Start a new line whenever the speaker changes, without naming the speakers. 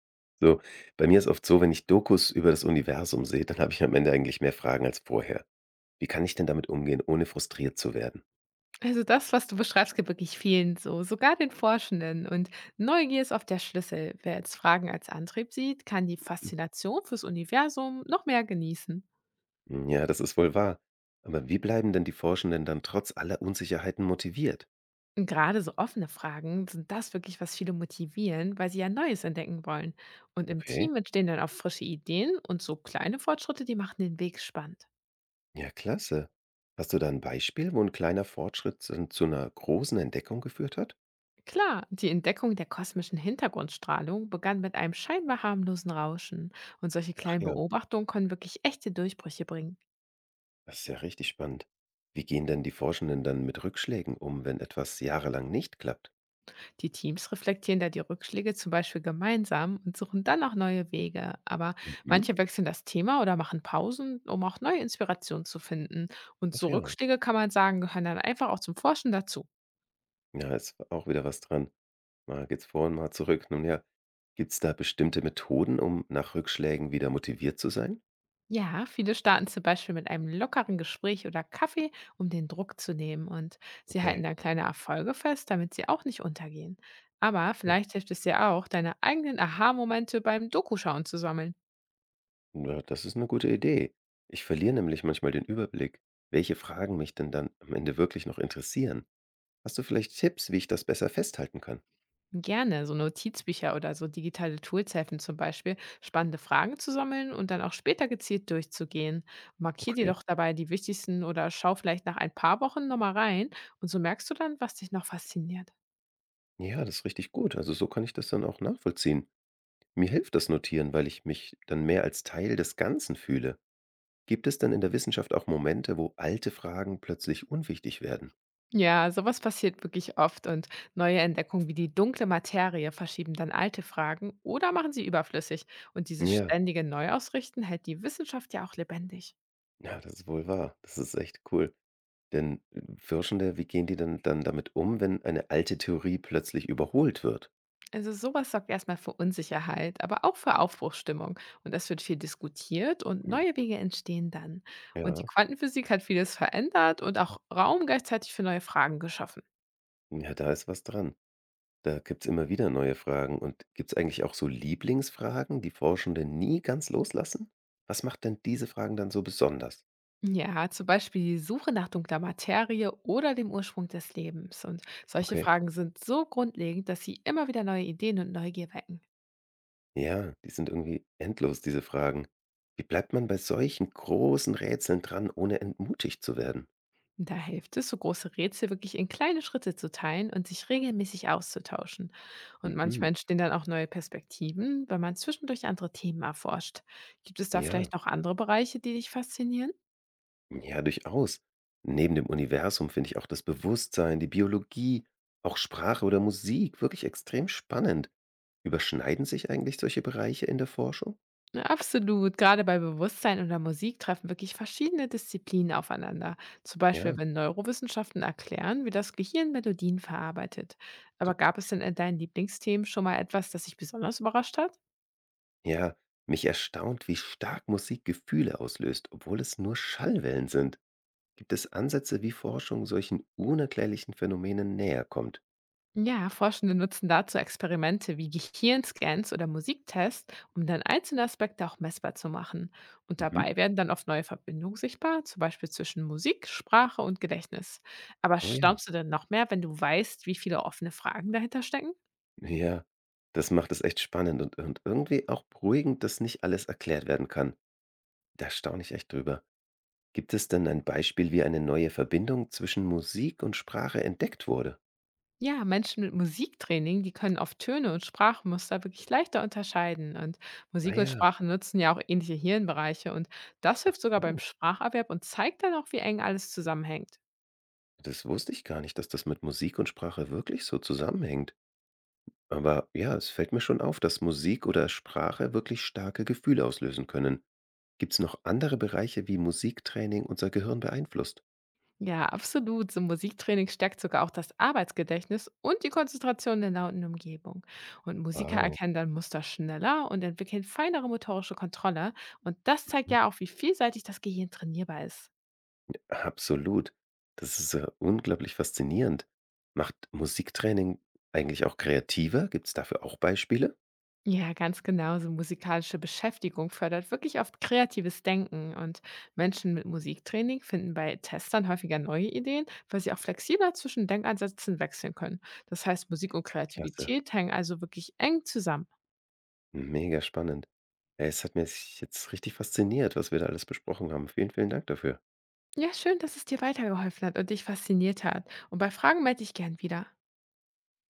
So, bei mir ist oft so, wenn ich Dokus über das Universum sehe, dann habe ich am Ende eigentlich mehr Fragen als vorher. Wie kann ich denn damit umgehen, ohne frustriert zu werden?
Also das, was du beschreibst, gibt wirklich vielen so, sogar den Forschenden. Und Neugier ist oft der Schlüssel. Wer jetzt Fragen als Antrieb sieht, kann die Faszination fürs Universum noch mehr genießen.
Hm, ja, das ist wohl wahr. Aber wie bleiben denn die Forschenden dann trotz aller Unsicherheiten motiviert?
Und gerade so offene Fragen sind das wirklich, was viele motivieren, weil sie ja Neues entdecken wollen. Und im
Okay,
Team entstehen dann auch frische Ideen und so kleine Fortschritte, die machen den Weg spannend.
ja, klasse. Hast du da ein Beispiel, wo ein kleiner Fortschritt zu einer großen Entdeckung geführt hat?
Klar, die Entdeckung der kosmischen Hintergrundstrahlung begann mit einem scheinbar harmlosen Rauschen. Und solche
Ach
kleinen
ja,
Beobachtungen können wirklich echte Durchbrüche bringen.
das ist ja richtig spannend. Wie gehen denn die Forschenden dann mit Rückschlägen um, wenn etwas jahrelang nicht klappt?
Die Teams reflektieren da die Rückschläge zum Beispiel gemeinsam und suchen dann auch neue Wege. Aber
Mhm.
manche wechseln das Thema oder machen Pausen, um auch neue Inspiration zu finden. Und
Ach
so
ja,
Rückschläge kann man sagen, gehören dann einfach auch zum Forschen dazu.
ja, ist auch wieder was dran. Mal geht's vor und mal zurück. Nun ja, gibt's da bestimmte Methoden, um nach Rückschlägen wieder motiviert zu sein?
Ja, viele starten zum Beispiel mit einem lockeren Gespräch oder Kaffee, um den Druck zu nehmen. Und sie
Okay.
halten dann kleine Erfolge fest, damit sie auch nicht untergehen. Aber
Oh.
vielleicht hilft es dir auch, deine eigenen Aha-Momente beim Dokuschauen zu sammeln.
Ja, das ist eine gute Idee. Ich verliere nämlich manchmal den Überblick, welche Fragen mich denn dann am Ende wirklich noch interessieren. Hast du vielleicht Tipps, wie ich das besser festhalten kann?
Gerne, so Notizbücher oder so digitale Tools helfen zum Beispiel, spannende Fragen zu sammeln und dann auch später gezielt durchzugehen. Markier dir
Okay.
doch dabei die wichtigsten oder schau vielleicht nach ein paar Wochen nochmal rein, und so merkst du dann, was dich noch fasziniert.
Ja, das ist richtig gut. Also, so kann ich das dann auch nachvollziehen. Mir hilft das Notieren, weil ich mich dann mehr als Teil des Ganzen fühle. Gibt es dann in der Wissenschaft auch Momente, wo alte Fragen plötzlich unwichtig werden?
Ja, sowas passiert wirklich oft, und neue Entdeckungen wie die dunkle Materie verschieben dann alte Fragen oder machen sie überflüssig. Und dieses
Ja.
ständige Neuausrichten hält die Wissenschaft ja auch lebendig.
Ja, das ist wohl wahr. Das ist echt cool. Denn Forschende, wie gehen die denn dann damit um, wenn eine alte Theorie plötzlich überholt wird?
Also sowas sorgt erstmal für Unsicherheit, aber auch für Aufbruchsstimmung. Und es wird viel diskutiert und
Hm.
neue Wege entstehen dann. Und die
Ja,
Quantenphysik hat vieles verändert und auch Raum gleichzeitig für neue Fragen geschaffen.
ja, da ist was dran. Da gibt's immer wieder neue Fragen. Und gibt's eigentlich auch so Lieblingsfragen, die Forschende nie ganz loslassen? Was macht denn diese Fragen dann so besonders?
Ja, zum Beispiel die Suche nach dunkler Materie oder dem Ursprung des Lebens. Und solche
Okay.
Fragen sind so grundlegend, dass sie immer wieder neue Ideen und Neugier wecken.
Ja, die sind irgendwie endlos, diese Fragen. Wie bleibt man bei solchen großen Rätseln dran, ohne entmutigt zu werden?
Da hilft es, so große Rätsel wirklich in kleine Schritte zu teilen und sich regelmäßig auszutauschen. Und
Mhm.
manchmal entstehen dann auch neue Perspektiven, wenn man zwischendurch andere Themen erforscht. Gibt es da
Ja.
vielleicht noch andere Bereiche, die dich faszinieren?
Ja, durchaus. Neben dem Universum finde ich auch das Bewusstsein, die Biologie, auch Sprache oder Musik wirklich extrem spannend. Überschneiden sich eigentlich solche Bereiche in der Forschung?
Ja, absolut. Gerade bei Bewusstsein oder Musik treffen wirklich verschiedene Disziplinen aufeinander. Zum
Ja,
Beispiel, wenn Neurowissenschaften erklären, wie das Gehirn Melodien verarbeitet. Aber
total.
gab es denn in deinen Lieblingsthemen schon mal etwas, das dich besonders überrascht hat?
Ja, mich erstaunt, wie stark Musik Gefühle auslöst, obwohl es nur Schallwellen sind. Gibt es Ansätze, wie Forschung solchen unerklärlichen Phänomenen näher kommt?
Ja, Forschende nutzen dazu Experimente wie Gehirnscans oder Musiktests, um dann einzelne Aspekte auch messbar zu machen. Und
Mhm.
dabei werden dann oft neue Verbindungen sichtbar, zum Beispiel zwischen Musik, Sprache und Gedächtnis. Aber
Oh ja.
staunst du denn noch mehr, wenn du weißt, wie viele offene Fragen dahinter stecken?
Ja, das macht es echt spannend und irgendwie auch beruhigend, dass nicht alles erklärt werden kann. Da staune ich echt drüber. Gibt es denn ein Beispiel, wie eine neue Verbindung zwischen Musik und Sprache entdeckt wurde?
Ja, Menschen mit Musiktraining, die können oft Töne und Sprachmuster wirklich leichter unterscheiden. Und
Ah
Musik und
ja,
Sprache nutzen ja auch ähnliche Hirnbereiche. Und das
ach
hilft sogar beim
so.
Spracherwerb und zeigt dann auch, wie eng alles zusammenhängt.
Das wusste ich gar nicht, dass das mit Musik und Sprache wirklich so zusammenhängt. Aber ja, es fällt mir schon auf, dass Musik oder Sprache wirklich starke Gefühle auslösen können. Gibt es noch andere Bereiche, wie Musiktraining unser Gehirn beeinflusst?
Ja, absolut. So Musiktraining stärkt sogar auch das Arbeitsgedächtnis und die Konzentration der lauten Umgebung. Und Musiker
Wow,
erkennen dann Muster schneller und entwickeln feinere motorische Kontrolle. Und das zeigt
mhm,
ja auch, wie vielseitig das Gehirn trainierbar ist.
absolut. Das ist ja unglaublich faszinierend. Macht Musiktraining eigentlich auch kreativer? Gibt es dafür auch Beispiele?
Ja, ganz genau. So musikalische Beschäftigung fördert wirklich oft kreatives Denken. Und Menschen mit Musiktraining finden bei Testern häufiger neue Ideen, weil sie auch flexibler zwischen Denkansätzen wechseln können. Das heißt, Musik und
Klasse.
Kreativität hängen also wirklich eng zusammen.
Mega spannend. Ey, es hat mich jetzt richtig fasziniert, was wir da alles besprochen haben. Vielen, vielen Dank dafür.
Ja, schön, dass es dir weitergeholfen hat und dich fasziniert hat. Und bei Fragen melde ich gern wieder.